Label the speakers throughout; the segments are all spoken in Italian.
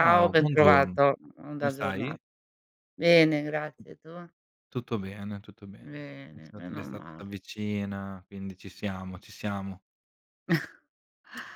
Speaker 1: Ciao,
Speaker 2: Ciao, buongiorno,
Speaker 1: bentrovato, onda
Speaker 2: come stai?
Speaker 1: aggiornata. Bene, grazie, tu?
Speaker 2: Tutto bene, tutto bene.
Speaker 1: Bene,
Speaker 2: L'estate
Speaker 1: meno
Speaker 2: l'estate
Speaker 1: male.
Speaker 2: s'avvicina, quindi ci siamo, ci siamo.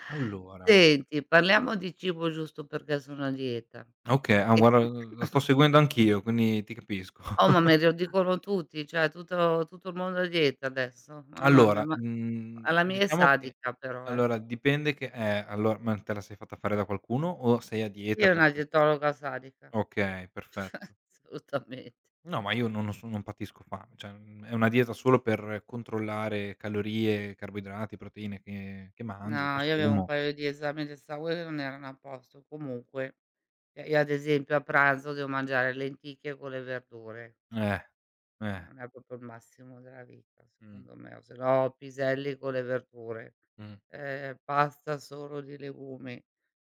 Speaker 2: Allora
Speaker 1: Senti, parliamo di cibo giusto perché sono a dieta.
Speaker 2: okay, ah
Speaker 1: E
Speaker 2: guarda, la sto seguendo anch'io, quindi ti capisco.
Speaker 1: oh, ma me lo dicono tutti, cioè tutto il mondo è a dieta adesso. Mamma mia,
Speaker 2: Allora,
Speaker 1: ma alla mia è
Speaker 2: diciamo che
Speaker 1: sadica però, eh.
Speaker 2: allora dipende che allora ma te la sei fatta fare da qualcuno o sei a
Speaker 1: Sì,
Speaker 2: dieta
Speaker 1: è una
Speaker 2: perché
Speaker 1: dietologa sadica,
Speaker 2: okay, perfetto.
Speaker 1: assolutamente.
Speaker 2: No, ma io non so non patisco fame, cioè, è una dieta solo per controllare calorie, carboidrati, proteine che mangio, che
Speaker 1: No, io avevo un
Speaker 2: assumo.
Speaker 1: paio di esami del sangue che non erano a posto, comunque. Cioè, io ad esempio a pranzo devo mangiare lenticchie con le verdure.
Speaker 2: Eh, eh.
Speaker 1: Non è proprio il massimo della vita
Speaker 2: Mh,
Speaker 1: secondo me, o se no piselli con le verdure,
Speaker 2: mh.
Speaker 1: pasta solo di legumi.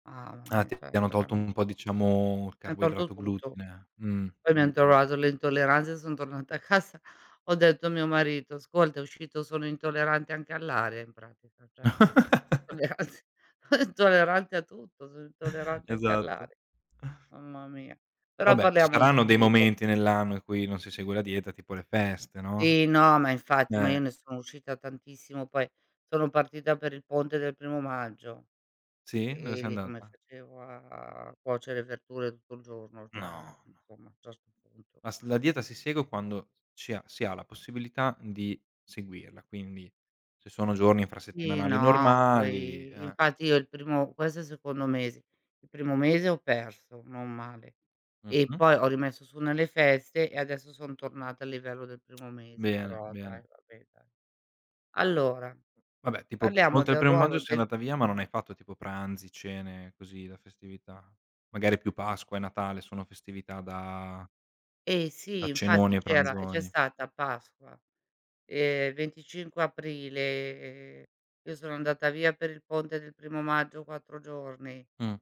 Speaker 1: Ah, mamma
Speaker 2: Ah,
Speaker 1: mia,
Speaker 2: ti
Speaker 1: cioè
Speaker 2: ti hanno
Speaker 1: verame
Speaker 2: tolto
Speaker 1: mi
Speaker 2: un po' diciamo il
Speaker 1: han tolto
Speaker 2: carboidrato
Speaker 1: tutto.
Speaker 2: glutine. Mh.
Speaker 1: Poi mi han
Speaker 2: Mh-mh.
Speaker 1: trovato le intolleranze, son tornata a casa, ho detto a mio marito: "Ascolta, è uscito sono intollerante anche all'aria in pratica, cioè tollerante intollerante a tutto, sono intollerante anche
Speaker 2: Esatto.
Speaker 1: all'aria." Mamma mia. Però
Speaker 2: Vabbè, ci
Speaker 1: parliamo di
Speaker 2: saranno dei
Speaker 1: cibo.
Speaker 2: momenti nell'anno in cui non si segue la dieta, tipo le feste, no,
Speaker 1: Sì, no, ma infatti, ma
Speaker 2: eh.
Speaker 1: io ne sono uscita tantissimo, poi sono partita per il ponte del primo maggio,
Speaker 2: Sì? Dove
Speaker 1: e
Speaker 2: sei
Speaker 1: lì come
Speaker 2: andata?
Speaker 1: facevo a cuocere verdure tutto il giorno,
Speaker 2: No,
Speaker 1: cioè
Speaker 2: no.
Speaker 1: insomma, già a 'sto punto.
Speaker 2: La dieta si segue quando ci ha si ha la possibilità di seguirla, quindi se sono giorni
Speaker 1: Sì,
Speaker 2: infrasettimanali
Speaker 1: no,
Speaker 2: normali
Speaker 1: poi
Speaker 2: eh.
Speaker 1: infatti io il primo questo è il secondo mese, il primo mese ho perso, non male, e
Speaker 2: Mh-mh.
Speaker 1: poi ho rimesso su nelle feste e adesso son tornata al livello del primo mese,
Speaker 2: Bene,
Speaker 1: però dai,
Speaker 2: bene.
Speaker 1: vabbè dai. Allora,
Speaker 2: Vabbè, tipo
Speaker 1: parliamo
Speaker 2: oltre al
Speaker 1: del
Speaker 2: primo
Speaker 1: ruolo
Speaker 2: maggio sei
Speaker 1: del
Speaker 2: andata via, ma non hai fatto tipo pranzi, cene così da festività? Magari più Pasqua e Natale sono festività da
Speaker 1: Eh sì,
Speaker 2: da
Speaker 1: infatti
Speaker 2: cenoni e
Speaker 1: c'è
Speaker 2: pranzoni.
Speaker 1: stata Pasqua, 25 aprile, io sono andata via per il ponte del primo maggio 4 giorni.
Speaker 2: Mh.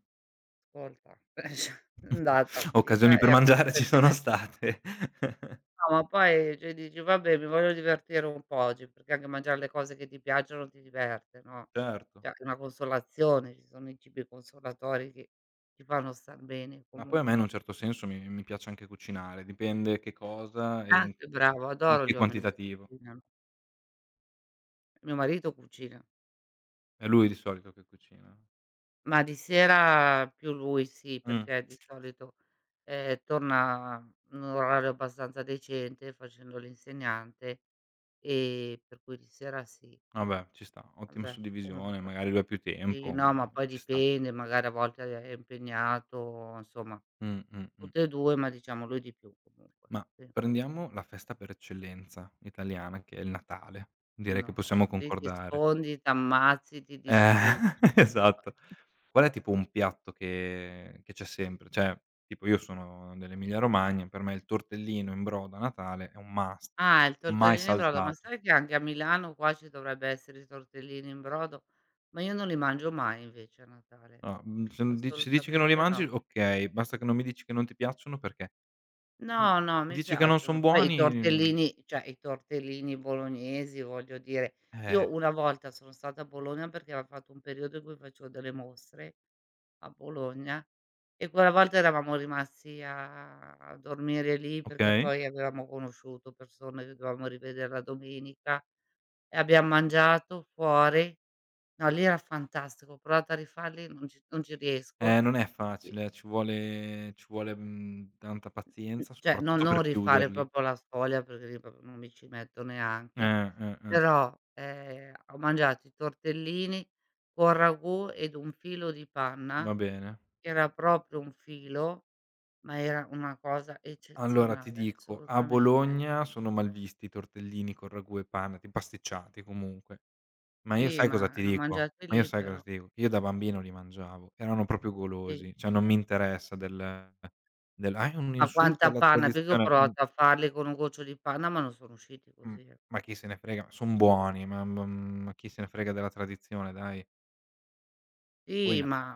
Speaker 1: Ascolta, ceh andata, dieta
Speaker 2: Occasioni per
Speaker 1: era
Speaker 2: mangiare ci sono
Speaker 1: completamente
Speaker 2: state.
Speaker 1: no, ma poi cioè dici: "Vabbè, mi voglio divertire un po' oggi", perché anche mangiare le cose che ti piacciono ti diverte, no,
Speaker 2: Certo.
Speaker 1: cioè è una consolazione, ci sono i cibi consolatori che ti fanno star bene
Speaker 2: Ma poi a me in
Speaker 1: comunque.
Speaker 2: un certo senso mi piace anche cucinare, dipende che cosa e
Speaker 1: Ah,
Speaker 2: in
Speaker 1: che bravo,
Speaker 2: in
Speaker 1: adoro gli
Speaker 2: che
Speaker 1: uomini che
Speaker 2: quantitativo.
Speaker 1: cucinano. Mio marito cucina.
Speaker 2: È lui di solito che cucina.
Speaker 1: Ma di sera più lui sì,
Speaker 2: Mh.
Speaker 1: perché di solito, torna in un orario abbastanza decente facendo l'insegnante, per cui di sera sì.
Speaker 2: Vabbè, ci sta. Ottima
Speaker 1: Vabbè,
Speaker 2: suddivisione,
Speaker 1: comunque
Speaker 2: magari lui ha più
Speaker 1: sì,
Speaker 2: tempo,
Speaker 1: no, ma poi
Speaker 2: ci sta.
Speaker 1: dipende, magari a volte è impegnato, insomma,
Speaker 2: Mh, mh, mh.
Speaker 1: tutte e 2, ma diciamo lui di più comunque,
Speaker 2: Ma
Speaker 1: sì.
Speaker 2: prendiamo la festa per eccellenza italiana che è il Natale, direi
Speaker 1: No,
Speaker 2: che possiamo
Speaker 1: lì ti
Speaker 2: concordare.
Speaker 1: sfondi, t'ammazzi, ti
Speaker 2: Eh,
Speaker 1: distruggi.
Speaker 2: esatto. Qual è tipo un piatto che c'è sempre? Cioè, tipo io sono dell'Emilia Romagna, per me il tortellino in brodo a Natale è un must,
Speaker 1: Ah, il
Speaker 2: mai
Speaker 1: tortellino in brodo, ma
Speaker 2: saltato.
Speaker 1: sai che anche a Milano qua ci dovrebbe essere il tortellino in brodo, ma io non li mangio mai invece a Natale,
Speaker 2: No, se dici che non li
Speaker 1: assolutamente
Speaker 2: mangi,
Speaker 1: no.
Speaker 2: okay, basta che non mi dici che non ti piacciono perché di
Speaker 1: No, no, mi
Speaker 2: dici che non son
Speaker 1: piacciono. Poi i
Speaker 2: buoni,
Speaker 1: tortellini cioè i tortellini bolognesi, voglio dire,
Speaker 2: eh,
Speaker 1: io una volta sono stata a Bologna perché avevam fatto un periodo in cui facevo delle mostre a Bologna e quella volta eravamo rimasti a dormire lì perché
Speaker 2: okay.
Speaker 1: poi avevamo conosciuto persone che dovevamo rivedere la domenica. E abbiam mangiato fuori. No, lì era fantastico, ho provato a rifarli, non ci riesco.
Speaker 2: Non è
Speaker 1: I
Speaker 2: facile, ci vuole, tanta
Speaker 1: mhmm,
Speaker 2: pazienza,
Speaker 1: cioè non
Speaker 2: soprattutto
Speaker 1: non
Speaker 2: per
Speaker 1: rifare
Speaker 2: chiuderli.
Speaker 1: proprio la sfoglia, perché lì proprio non mi ci metto neanche,
Speaker 2: Eh.
Speaker 1: però, ho mangiato i tortellini con ragù ed un filo di
Speaker 2: Va
Speaker 1: panna,
Speaker 2: bene.
Speaker 1: che era proprio un filo, ma era una cosa
Speaker 2: Allora ti
Speaker 1: eccezionale,
Speaker 2: dico, a
Speaker 1: assolutamente.
Speaker 2: Bologna sono malvisti i tortellini con ragù e panna, ti pasticciati comunque. Ma io
Speaker 1: Sì,
Speaker 2: sai cosa
Speaker 1: ma
Speaker 2: ti
Speaker 1: li ho
Speaker 2: dico?
Speaker 1: mangiati
Speaker 2: Ma io
Speaker 1: lì
Speaker 2: sai cosa
Speaker 1: però,
Speaker 2: ti dico? Che io da bambino li mangiavo, erano proprio
Speaker 1: sì.
Speaker 2: golosi, cioè non mi interessa del: "Ah, è un
Speaker 1: Ma
Speaker 2: insulto
Speaker 1: quanta
Speaker 2: alla
Speaker 1: panna, perché io ho
Speaker 2: tradizione",
Speaker 1: provato a farli con un goccio di panna, ma non sono usciti
Speaker 2: mh,
Speaker 1: così, eh.
Speaker 2: ma chi se ne frega, son buoni, ma ma chi se ne frega della tradizione, dai. Poi
Speaker 1: Sì,
Speaker 2: na
Speaker 1: ma,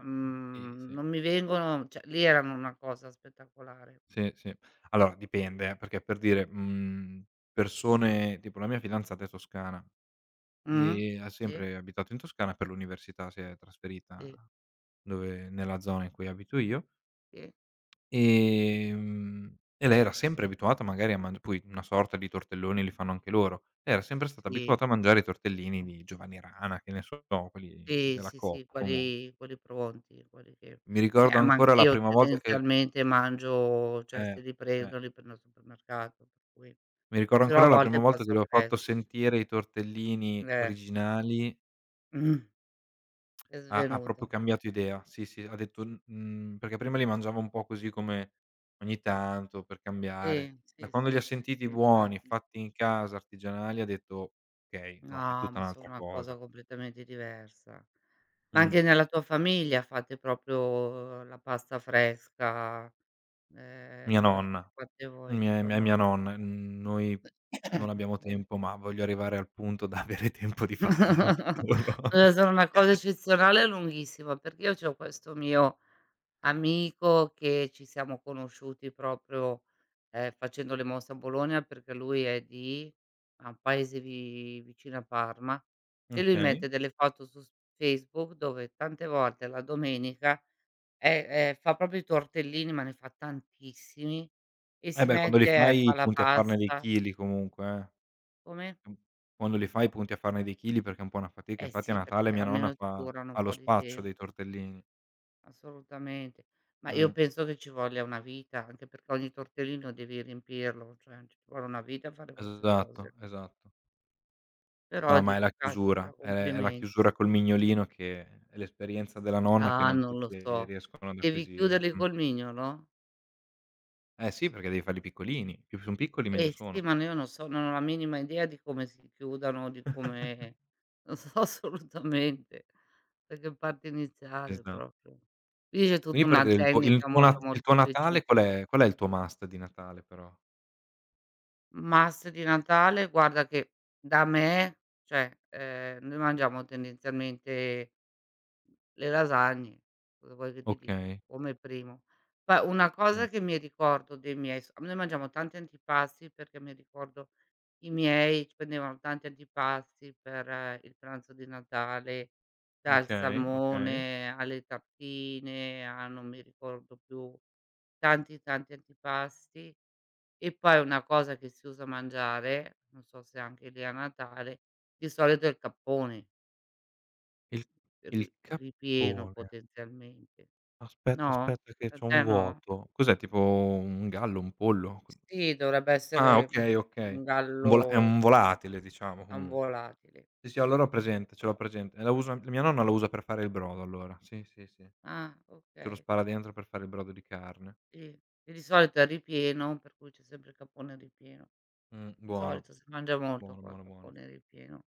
Speaker 2: sì, sì.
Speaker 1: non mi vengono cioè lì erano una cosa spettacolare.
Speaker 2: Sì, sì. Allora dipende perché per dire, persone tipo la mia fidanzata è toscana
Speaker 1: Mh.
Speaker 2: e ha
Speaker 1: Sì,
Speaker 2: sempre abitato in Toscana, per l'università si è trasferita
Speaker 1: sì,
Speaker 2: dove nella zona in cui abito io,
Speaker 1: sì,
Speaker 2: e lei era sempre abituata magari a mangia poi una sorta di tortelloni li fanno anche loro. Lei era sempre stata
Speaker 1: sì,
Speaker 2: abituata a mangiare i tortellini
Speaker 1: mh.
Speaker 2: di Giovanni Rana, che ne so, quelli
Speaker 1: Sì,
Speaker 2: della
Speaker 1: sì,
Speaker 2: Coop
Speaker 1: sì,
Speaker 2: comu
Speaker 1: quelli pronti, quelli che
Speaker 2: mi ricordo
Speaker 1: ma
Speaker 2: ancora la
Speaker 1: anch'io
Speaker 2: prima volta che
Speaker 1: tendenzialmente mangio cioè
Speaker 2: eh,
Speaker 1: se li
Speaker 2: eh.
Speaker 1: prendo, li prendo al supermercato, per cui
Speaker 2: Mi ricordo
Speaker 1: se no a
Speaker 2: ancora la prima
Speaker 1: volte
Speaker 2: volta che
Speaker 1: passa
Speaker 2: le ho fatto
Speaker 1: fresca.
Speaker 2: sentire i tortellini
Speaker 1: Eh,
Speaker 2: originali,
Speaker 1: è
Speaker 2: ha proprio
Speaker 1: svenuta.
Speaker 2: cambiato idea. Sì, sì, ha detto perché prima li mangiava un po' così come ogni tanto per cambiare.
Speaker 1: Sì,
Speaker 2: Da
Speaker 1: sì,
Speaker 2: quando li
Speaker 1: sì,
Speaker 2: ha
Speaker 1: sì,
Speaker 2: sentiti
Speaker 1: sì,
Speaker 2: buoni,
Speaker 1: infatti.
Speaker 2: fatti in casa, artigianali, ha detto: "Okay, no, è
Speaker 1: No,
Speaker 2: tutta
Speaker 1: ma
Speaker 2: un'altra
Speaker 1: sono una cosa
Speaker 2: cosa".
Speaker 1: completamente diversa. Ma
Speaker 2: Mh.
Speaker 1: anche nella tua famiglia fate proprio la pasta fresca,
Speaker 2: Mia
Speaker 1: la la f
Speaker 2: nonna,
Speaker 1: fate voi
Speaker 2: mia mia
Speaker 1: intorno
Speaker 2: mia
Speaker 1: a-
Speaker 2: nonna, noi non abbiamo
Speaker 1: eh.
Speaker 2: tempo, ma voglio arrivare al punto da avere tempo di farla anche loro.
Speaker 1: Sono una cosa eccezionale e lunghissima, perché io c'ho questo mio amico che ci siamo conosciuti proprio, facendo le mosse a Bologna perché lui è di a un paese vi vicino a Parma e lui
Speaker 2: Okay.
Speaker 1: mette delle foto su s Facebook dove tante volte la domenica, fa proprio i tortellini, ma ne fa tantissimi e
Speaker 2: Eh
Speaker 1: si
Speaker 2: beh, quando li
Speaker 1: mette e fa
Speaker 2: fai
Speaker 1: la
Speaker 2: punti a farne dei
Speaker 1: pasta
Speaker 2: chili comunque, eh.
Speaker 1: come?
Speaker 2: Mh, quando li fai punti a farne dei chili perché è un po' una fatica.
Speaker 1: Eh
Speaker 2: Infatti a
Speaker 1: sì, perché
Speaker 2: Natale mia nonna
Speaker 1: almeno ti
Speaker 2: fa
Speaker 1: durano un
Speaker 2: ha lo
Speaker 1: po' di
Speaker 2: spaccio dei
Speaker 1: tempo.
Speaker 2: tortellini.
Speaker 1: Assolutamente. Ma io
Speaker 2: Mh,
Speaker 1: penso che ci voglia una vita, anche perché ogni tortellino devi riempirlo, cioè ci vuole una vita a fare queste
Speaker 2: esatto,
Speaker 1: cose.
Speaker 2: esatto.
Speaker 1: Però
Speaker 2: No, ma è
Speaker 1: dico:
Speaker 2: la
Speaker 1: "Caspita,
Speaker 2: chiusura, è la
Speaker 1: complimenti".
Speaker 2: chiusura col mignolino che è l'esperienza della nonna che
Speaker 1: Ah,
Speaker 2: non
Speaker 1: non lo
Speaker 2: tutti
Speaker 1: so.
Speaker 2: riescono ad
Speaker 1: Devi
Speaker 2: acquisire.
Speaker 1: chiuderli
Speaker 2: Mh.
Speaker 1: col mignolo?
Speaker 2: Eh sì, perché devi farli piccolini, più son piccoli
Speaker 1: Eh
Speaker 2: meglio
Speaker 1: sì,
Speaker 2: sono.
Speaker 1: ma n io non so, non ho la minima idea di come si chiudano, di come non so assolutamente da che parte iniziare
Speaker 2: Esa
Speaker 1: proprio. Lì c'è tutta
Speaker 2: quindi per
Speaker 1: una
Speaker 2: dire il tuo il
Speaker 1: tecnica
Speaker 2: tuo na
Speaker 1: molto,
Speaker 2: il
Speaker 1: molto
Speaker 2: tuo Natale qual
Speaker 1: specifica.
Speaker 2: è qual è il tuo must di Natale però?
Speaker 1: Mas di Natale guarda che da me cioè, noi mangiamo tendenzialmente le lasagne, cosa vuoi che ti dica,
Speaker 2: Okay.
Speaker 1: come primo. Poi una
Speaker 2: Mh.
Speaker 1: cosa che mi ricordo dei miei s noi mangiamo tanti antipasti perché mi ricordo i miei prendevano tanti antipasti per il pranzo di Natale, dal
Speaker 2: Okay, okay.
Speaker 1: salmone alle tartine a non mi ricordo più, tanti, tanti antipasti. E poi una cosa che si usa mangiare, non so se anche lì a Natale, di solito è il cappone,
Speaker 2: Il
Speaker 1: ri
Speaker 2: il
Speaker 1: ripieno
Speaker 2: cappone.
Speaker 1: potenzialmente.
Speaker 2: Aspetta,
Speaker 1: No?
Speaker 2: aspetta che
Speaker 1: Da
Speaker 2: c'ho un
Speaker 1: te no?
Speaker 2: vuoto. Cos'è tipo un gallo, un pollo? Cu
Speaker 1: Sì, dovrebbe
Speaker 2: Ah,
Speaker 1: essere
Speaker 2: okay,
Speaker 1: un
Speaker 2: okay. Un vola è
Speaker 1: gallo
Speaker 2: un volatile diciamo
Speaker 1: è un
Speaker 2: comunque.
Speaker 1: volatile,
Speaker 2: Sì, sì,
Speaker 1: sì.
Speaker 2: allora ho presente, ce l'ho
Speaker 1: vola
Speaker 2: presente. La usa mia nonna la usa per fare il brodo allora. Sì, sì, sì.
Speaker 1: Ah,
Speaker 2: Ce lo
Speaker 1: okay,
Speaker 2: spara dentro per fare il brodo di carne.
Speaker 1: sì. E di solito è ripieno, per cui c'è sempre il cappone ripieno. Di
Speaker 2: Buono,
Speaker 1: solito si mangia molto
Speaker 2: buono,
Speaker 1: qua il
Speaker 2: buono, buono.
Speaker 1: cappone ripieno.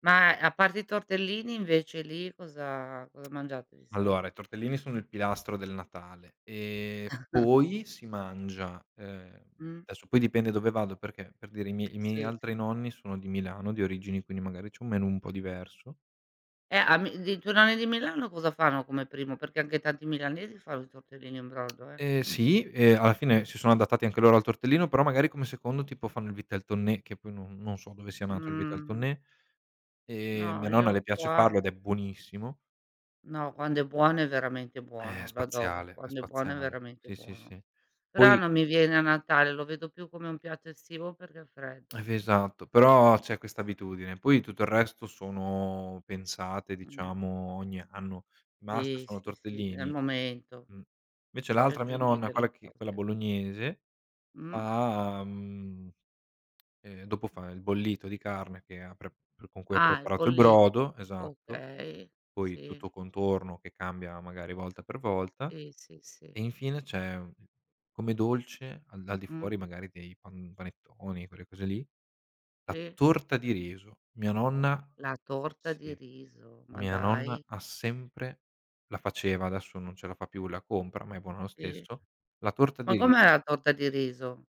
Speaker 1: Ma a parte i tortellini invece lì cosa mangiate di
Speaker 2: Allora, i
Speaker 1: solito?
Speaker 2: tortellini sono il pilastro del Natale e poi si mangia
Speaker 1: Mh.
Speaker 2: adesso poi dipende dove vado perché, per dire, i miei
Speaker 1: Sì.
Speaker 2: altri nonni sono di Milano di origini, quindi magari c'è un menù un po' diverso.
Speaker 1: A Mi di Giornale di Milano cosa fanno come primo? Perché anche tanti milanesi fanno i tortellini in brodo, eh.
Speaker 2: Sì, e alla fine si sono adattati anche loro al tortellino, però magari come secondo tipo fanno il Vitel Tonnè, che poi non so dove sia nato il Vitel
Speaker 1: Mhmm,
Speaker 2: Tonnè,
Speaker 1: no,
Speaker 2: mia
Speaker 1: io
Speaker 2: nonna le piace
Speaker 1: qua
Speaker 2: farlo ed è buonissimo.
Speaker 1: no, quando è buono è veramente
Speaker 2: È
Speaker 1: buono, lo adoro.
Speaker 2: spaziale, è
Speaker 1: Quando è buono è
Speaker 2: spaziale.
Speaker 1: veramente
Speaker 2: Sì, sì,
Speaker 1: buono.
Speaker 2: sì.
Speaker 1: Però
Speaker 2: Poi
Speaker 1: non mi viene a Natale, lo vedo più come un piatto estivo perché è
Speaker 2: Eh
Speaker 1: freddo.
Speaker 2: beh, esatto, però c'è questa abitudine. Poi tutto il resto sono pensate,
Speaker 1: Mh.
Speaker 2: diciamo, ogni anno. I must
Speaker 1: Sì,
Speaker 2: sono
Speaker 1: sì, sì, è il
Speaker 2: tortellini,
Speaker 1: momento.
Speaker 2: mh. Invece
Speaker 1: Ti
Speaker 2: l'altra mia
Speaker 1: aggiungi
Speaker 2: nonna,
Speaker 1: delle
Speaker 2: quella
Speaker 1: cose.
Speaker 2: bolognese,
Speaker 1: Mh?
Speaker 2: fa mhmm, dopo fa il bollito di carne che ha pre p con cui ha
Speaker 1: Ah, il
Speaker 2: preparato il
Speaker 1: bollito.
Speaker 2: brodo, esatto,
Speaker 1: Okay.
Speaker 2: poi
Speaker 1: Sì,
Speaker 2: tutto contorno che cambia magari volta per volta,
Speaker 1: sì, sì, sì.
Speaker 2: e infine c'è, come dolce al di
Speaker 1: Mh,
Speaker 2: fuori magari dei panettoni, quelle cose lì. La
Speaker 1: sì.
Speaker 2: torta di riso. Mia nonna.
Speaker 1: La torta di
Speaker 2: Sì.
Speaker 1: riso, ma
Speaker 2: Mia nonna
Speaker 1: dai.
Speaker 2: ha sempre la faceva, adesso non ce la fa più, la compra, ma è buona lo
Speaker 1: Sì.
Speaker 2: stesso, la torta
Speaker 1: Ma
Speaker 2: di riso.
Speaker 1: com'è la torta di riso?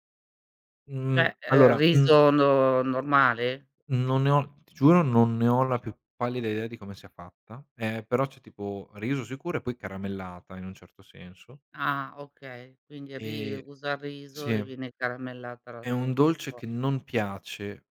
Speaker 2: Mhmm,
Speaker 1: Cioè,
Speaker 2: allora,
Speaker 1: riso no normale?
Speaker 2: non ne ho ti giuro non ne ho la più pallida idea di come sia fatta, però c'è tipo riso sicuro e poi caramellata in un certo senso.
Speaker 1: Ah, okay, quindi ri
Speaker 2: Ehm
Speaker 1: usa il riso
Speaker 2: sì,
Speaker 1: e viene caramellata la
Speaker 2: è un
Speaker 1: torta
Speaker 2: dolce
Speaker 1: poi.
Speaker 2: che non piace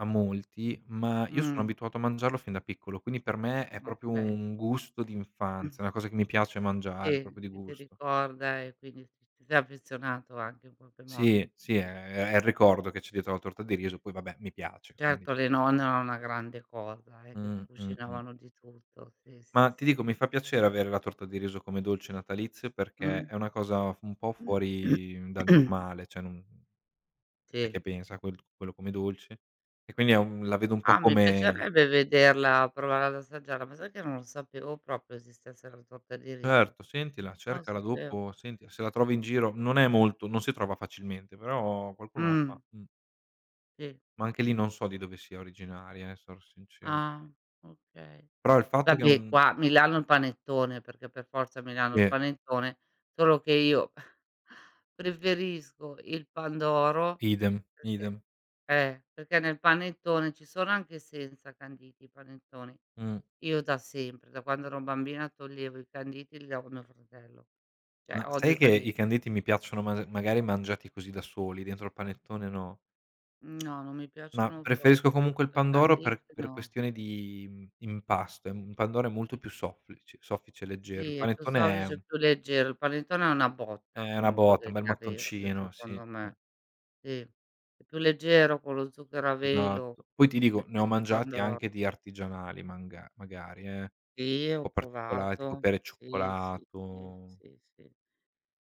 Speaker 2: a molti, ma io sono
Speaker 1: Mh,
Speaker 2: abituato a mangiarlo fin da piccolo, quindi per me è proprio
Speaker 1: okay.
Speaker 2: un gusto
Speaker 1: Mh,
Speaker 2: d'infanzia, una cosa che mi piace mangiare,
Speaker 1: sì,
Speaker 2: proprio di
Speaker 1: che ti
Speaker 2: gusto.
Speaker 1: ricorda e quindi ti sei affezionato anche in qualche modo.
Speaker 2: Sì, sì, è il ricordo che c'è dietro la torta di riso, poi vabbè mi piace, quindi
Speaker 1: Certo le nonne erano una grande cosa, che
Speaker 2: mh.
Speaker 1: cucinavano di tutto. Sì, sì,
Speaker 2: Ma ti
Speaker 1: sì.
Speaker 2: dico, mi fa piacere avere la torta di riso come dolce natalizio
Speaker 1: Mh.
Speaker 2: perché è una cosa un po' fuori dal normale, cioè non chi è che
Speaker 1: Sì.
Speaker 2: pensa a quello come dolce, e quindi è un la vedo un po'
Speaker 1: Ah, mi
Speaker 2: come.
Speaker 1: piacerebbe vederla, provare ad assaggiarla, ma sai che non lo sapevo proprio esistesse la torta di riso?
Speaker 2: Certo, sentila,
Speaker 1: Non lo
Speaker 2: cercala
Speaker 1: sapevo.
Speaker 2: dopo, senti se la trovi in giro, non è molto non si trova facilmente, però qualcuno la
Speaker 1: Mh,
Speaker 2: fa.
Speaker 1: sì.
Speaker 2: Ma anche lì non so di dove sia originaria, sarò sincero.
Speaker 1: Ah, okay.
Speaker 2: Però il fatto che è
Speaker 1: Vabbè
Speaker 2: un
Speaker 1: qua a Milano il panettone, perché per forza a Milano il
Speaker 2: sì,
Speaker 1: panettone, solo che io preferisco il pandoro
Speaker 2: idem,
Speaker 1: perché
Speaker 2: idem.
Speaker 1: perché nel panettone ci sono anche senza canditi i panettoni.
Speaker 2: Mh.
Speaker 1: Io da sempre, da quando ero bambina toglievo i canditi, li davo a mio fratello, cioè
Speaker 2: Ma
Speaker 1: odio
Speaker 2: sai
Speaker 1: i
Speaker 2: che
Speaker 1: canditi.
Speaker 2: i canditi mi piacciono ma magari mangiati così da soli, dentro al panettone no.
Speaker 1: No, non mi
Speaker 2: Ma
Speaker 1: piacciono
Speaker 2: preferisco
Speaker 1: proprio.
Speaker 2: comunque il
Speaker 1: I
Speaker 2: pandoro per
Speaker 1: canditi
Speaker 2: per
Speaker 1: no.
Speaker 2: questione di, impasto, è un pandoro è molto più soffice soffice e leggero. Il
Speaker 1: Sì, è più
Speaker 2: panettone è
Speaker 1: soffice, più leggero. Il panettone è una botta
Speaker 2: è una
Speaker 1: comunque
Speaker 2: botta, un
Speaker 1: che
Speaker 2: bel
Speaker 1: ti arriva, anche
Speaker 2: mattoncino,
Speaker 1: secondo
Speaker 2: sì, sì.
Speaker 1: me. Sì, è più leggero con lo zucchero a velo,
Speaker 2: Esatto. Poi ti dico,
Speaker 1: per
Speaker 2: ne ho
Speaker 1: esempio
Speaker 2: mangiati anche
Speaker 1: pandoro.
Speaker 2: di artigianali manga magari un
Speaker 1: Sì, ho
Speaker 2: po' particolari, tipo
Speaker 1: provato.
Speaker 2: pere e
Speaker 1: Sì, sì, sì,
Speaker 2: cioccolato,
Speaker 1: sì, sì.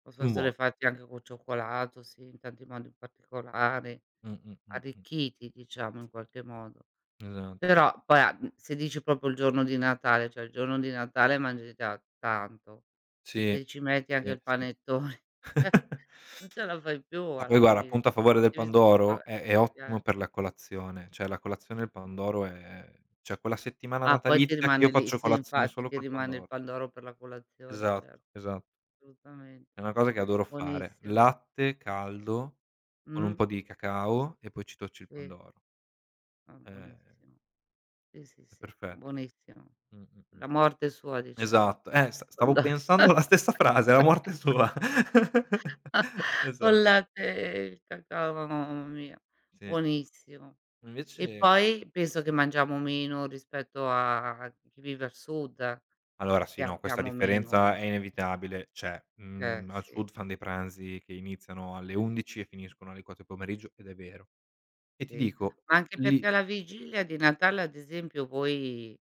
Speaker 1: Possono
Speaker 2: son
Speaker 1: essere
Speaker 2: buoni.
Speaker 1: fatti anche col cioccolato, sì, in tanti modi particolari,
Speaker 2: Mh, mh, mh, mh.
Speaker 1: arricchiti diciamo in qualche modo.
Speaker 2: Esa
Speaker 1: Però poi se dici proprio il giorno di Natale, cioè il giorno di Natale mangi già tanto,
Speaker 2: sì,
Speaker 1: se ci metti anche
Speaker 2: sì,
Speaker 1: il
Speaker 2: sì.
Speaker 1: panettone, cioè non ce la fai più
Speaker 2: Ma poi
Speaker 1: alla
Speaker 2: guarda,
Speaker 1: fine,
Speaker 2: punto a favore del
Speaker 1: devi
Speaker 2: pandoro,
Speaker 1: scappare
Speaker 2: è ottimo per la colazione, cioè la colazione il pandoro è cioè quella settimana
Speaker 1: Ah, poi ti
Speaker 2: natalizia che
Speaker 1: rimane
Speaker 2: io
Speaker 1: lì
Speaker 2: faccio
Speaker 1: sì
Speaker 2: colazione
Speaker 1: infatti,
Speaker 2: solo
Speaker 1: ti
Speaker 2: col
Speaker 1: rimane il
Speaker 2: pandoro.
Speaker 1: pandoro per la colazione,
Speaker 2: Esatto,
Speaker 1: certo,
Speaker 2: esatto. È
Speaker 1: assolutamente.
Speaker 2: una cosa che adoro fare.
Speaker 1: Buonissimo.
Speaker 2: Latte caldo con un
Speaker 1: Mh,
Speaker 2: po' di cacao e poi ci tocci il
Speaker 1: sì,
Speaker 2: pandoro.
Speaker 1: ah,
Speaker 2: Eh,
Speaker 1: buonissimo. Sì, sì,
Speaker 2: è
Speaker 1: sì,
Speaker 2: perfetto.
Speaker 1: buonissimo.
Speaker 2: Mh, mh, mh.
Speaker 1: La morte sua diciamo,
Speaker 2: Esatto. Stavo
Speaker 1: quando
Speaker 2: pensando alla stessa frase, alla morte sua.
Speaker 1: col
Speaker 2: Esatto,
Speaker 1: latte e il cacao, mamma mia,
Speaker 2: sì.
Speaker 1: buonissimo. E
Speaker 2: Invece
Speaker 1: poi penso che mangiamo meno rispetto a chi vive al sud,
Speaker 2: allora sì,
Speaker 1: perché
Speaker 2: no, questa
Speaker 1: abbiamo
Speaker 2: differenza
Speaker 1: meno
Speaker 2: è inevitabile. Cioè,
Speaker 1: eh
Speaker 2: al
Speaker 1: sì,
Speaker 2: sud fan dei pranzi che iniziano alle 11 e finiscono alle 4 del pomeriggio, ed è vero. E ti
Speaker 1: sì.
Speaker 2: dico,
Speaker 1: Ma anche
Speaker 2: lì
Speaker 1: perché alla vigilia di Natale, ad esempio, poi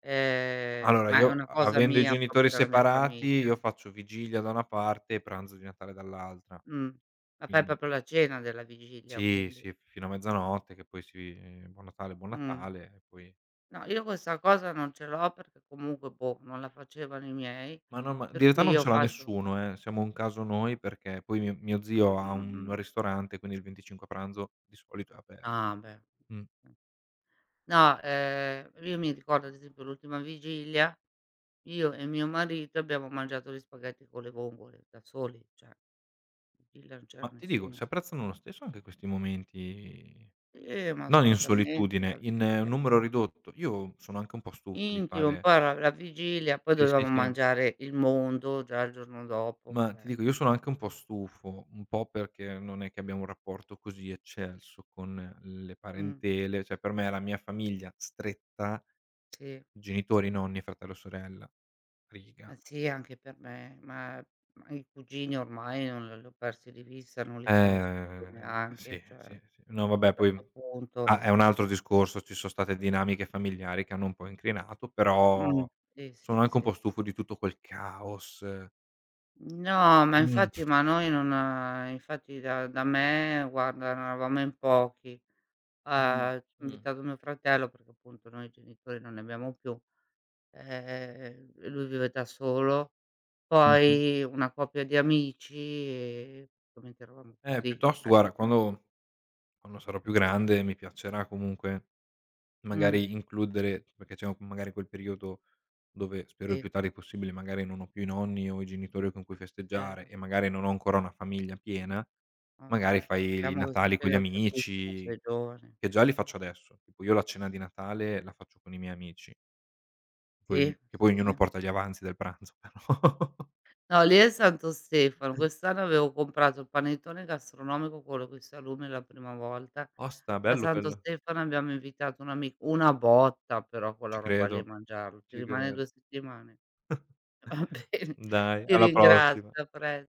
Speaker 2: allora
Speaker 1: ma è
Speaker 2: io
Speaker 1: una
Speaker 2: a
Speaker 1: cosa
Speaker 2: avendo i
Speaker 1: mia, proprio
Speaker 2: genitori
Speaker 1: della mia
Speaker 2: separati, io
Speaker 1: famiglia.
Speaker 2: faccio vigilia da una parte e pranzo di Natale dall'altra,
Speaker 1: Mh. Ma fai
Speaker 2: quindi
Speaker 1: proprio la cena della vigilia
Speaker 2: sì,
Speaker 1: quindi.
Speaker 2: sì, fino a mezzanotte che poi buon
Speaker 1: Mh.
Speaker 2: Natale e poi
Speaker 1: No, io questa cosa non ce l'ho perché comunque, boh, non la facevano i miei,
Speaker 2: ma no, ma
Speaker 1: per
Speaker 2: di età
Speaker 1: cui
Speaker 2: non
Speaker 1: io
Speaker 2: ce l'ha
Speaker 1: faccio
Speaker 2: nessuno, siamo un caso noi perché poi mio zio ha
Speaker 1: mh-mh,
Speaker 2: un ristorante, quindi il 25 a pranzo di solito è aperto.
Speaker 1: ah beh.
Speaker 2: Mh.
Speaker 1: No, io mi ricordo ad esempio l'ultima vigilia, io e mio marito abbiamo mangiato gli spaghetti con le vongole da soli, cioè in vigilia non c'era
Speaker 2: Ma ti dico,
Speaker 1: nessuno.
Speaker 2: si apprezzano lo stesso anche questi momenti,
Speaker 1: Sì, ma
Speaker 2: non in
Speaker 1: assolutamente
Speaker 2: solitudine,
Speaker 1: la
Speaker 2: in
Speaker 1: vigilia.
Speaker 2: numero ridotto. Io sono anche un po' stufo di
Speaker 1: Intimo,
Speaker 2: fare
Speaker 1: poi la vigilia, poi
Speaker 2: sì,
Speaker 1: dovevamo
Speaker 2: sì, sì.
Speaker 1: mangiare il mondo già il giorno dopo,
Speaker 2: Ma ti
Speaker 1: cioè
Speaker 2: dico, io sono anche un po' stufo, un po' perché non è che abbiamo un rapporto così eccelso con le
Speaker 1: mh,
Speaker 2: parentele, cioè per me la mia famiglia stretta,
Speaker 1: sì.
Speaker 2: genitori, nonni, fratello, sorella,
Speaker 1: Ma
Speaker 2: riga.
Speaker 1: sì, anche per me, ma i cugini ormai non l li ho persi di vista, non li conosco più neanche,
Speaker 2: Sì,
Speaker 1: cioè a un
Speaker 2: sì, sì. No vabbè poi
Speaker 1: certo
Speaker 2: ah, è
Speaker 1: punto
Speaker 2: un altro discorso, ci sono state dinamiche familiari che hanno un po' incrinato,
Speaker 1: mh,
Speaker 2: però
Speaker 1: sì,
Speaker 2: sono
Speaker 1: sì,
Speaker 2: anche un
Speaker 1: sì.
Speaker 2: po' stufo di tutto quel caos.
Speaker 1: No, ma
Speaker 2: Mh,
Speaker 1: infatti ma noi non infatti da me guarda eravamo in pochi. Ci
Speaker 2: mh,
Speaker 1: ha
Speaker 2: mh.
Speaker 1: invitato mio fratello perché appunto noi genitori non ne abbiamo più, e lui vive da solo,
Speaker 2: Mh-mh.
Speaker 1: poi una coppia di amici e praticamente eravamo così,
Speaker 2: Piuttosto
Speaker 1: cioè
Speaker 2: guarda
Speaker 1: non
Speaker 2: Quando sarò più grande mi piacerà comunque
Speaker 1: mh,
Speaker 2: magari includere perché c'è magari quel periodo dove spero il
Speaker 1: sì,
Speaker 2: più tardi possibile, magari non ho più i nonni o i genitori con cui festeggiare
Speaker 1: certo.
Speaker 2: e magari non ho ancora una famiglia piena,
Speaker 1: No
Speaker 2: magari
Speaker 1: vabbè,
Speaker 2: fai i
Speaker 1: speriamo che
Speaker 2: Natali con gli
Speaker 1: succeda tantissimo a 'sto
Speaker 2: amici,
Speaker 1: giovani.
Speaker 2: che già li faccio adesso. Tipo io la cena di Natale la faccio con i miei amici, poi ognu
Speaker 1: Sì,
Speaker 2: che
Speaker 1: sì,
Speaker 2: poi ognuno
Speaker 1: sì.
Speaker 2: porta gli avanzi del pranzo però.
Speaker 1: No, lì è Santo Stefano. Quest'anno avevo comprato il panettone gastronomico, quello coi salumi la prima volta.
Speaker 2: Osta,
Speaker 1: A
Speaker 2: bello
Speaker 1: Santo
Speaker 2: quello.
Speaker 1: Stefano abbiamo invitato un amico una botta però quella
Speaker 2: Ci
Speaker 1: roba lì a
Speaker 2: credo,
Speaker 1: mangiarlo. Ti
Speaker 2: ci
Speaker 1: rimane
Speaker 2: credo.
Speaker 1: 2 settimane. Va bene,
Speaker 2: Dai,
Speaker 1: ti
Speaker 2: alla
Speaker 1: ringrazio,
Speaker 2: prossima.
Speaker 1: a pres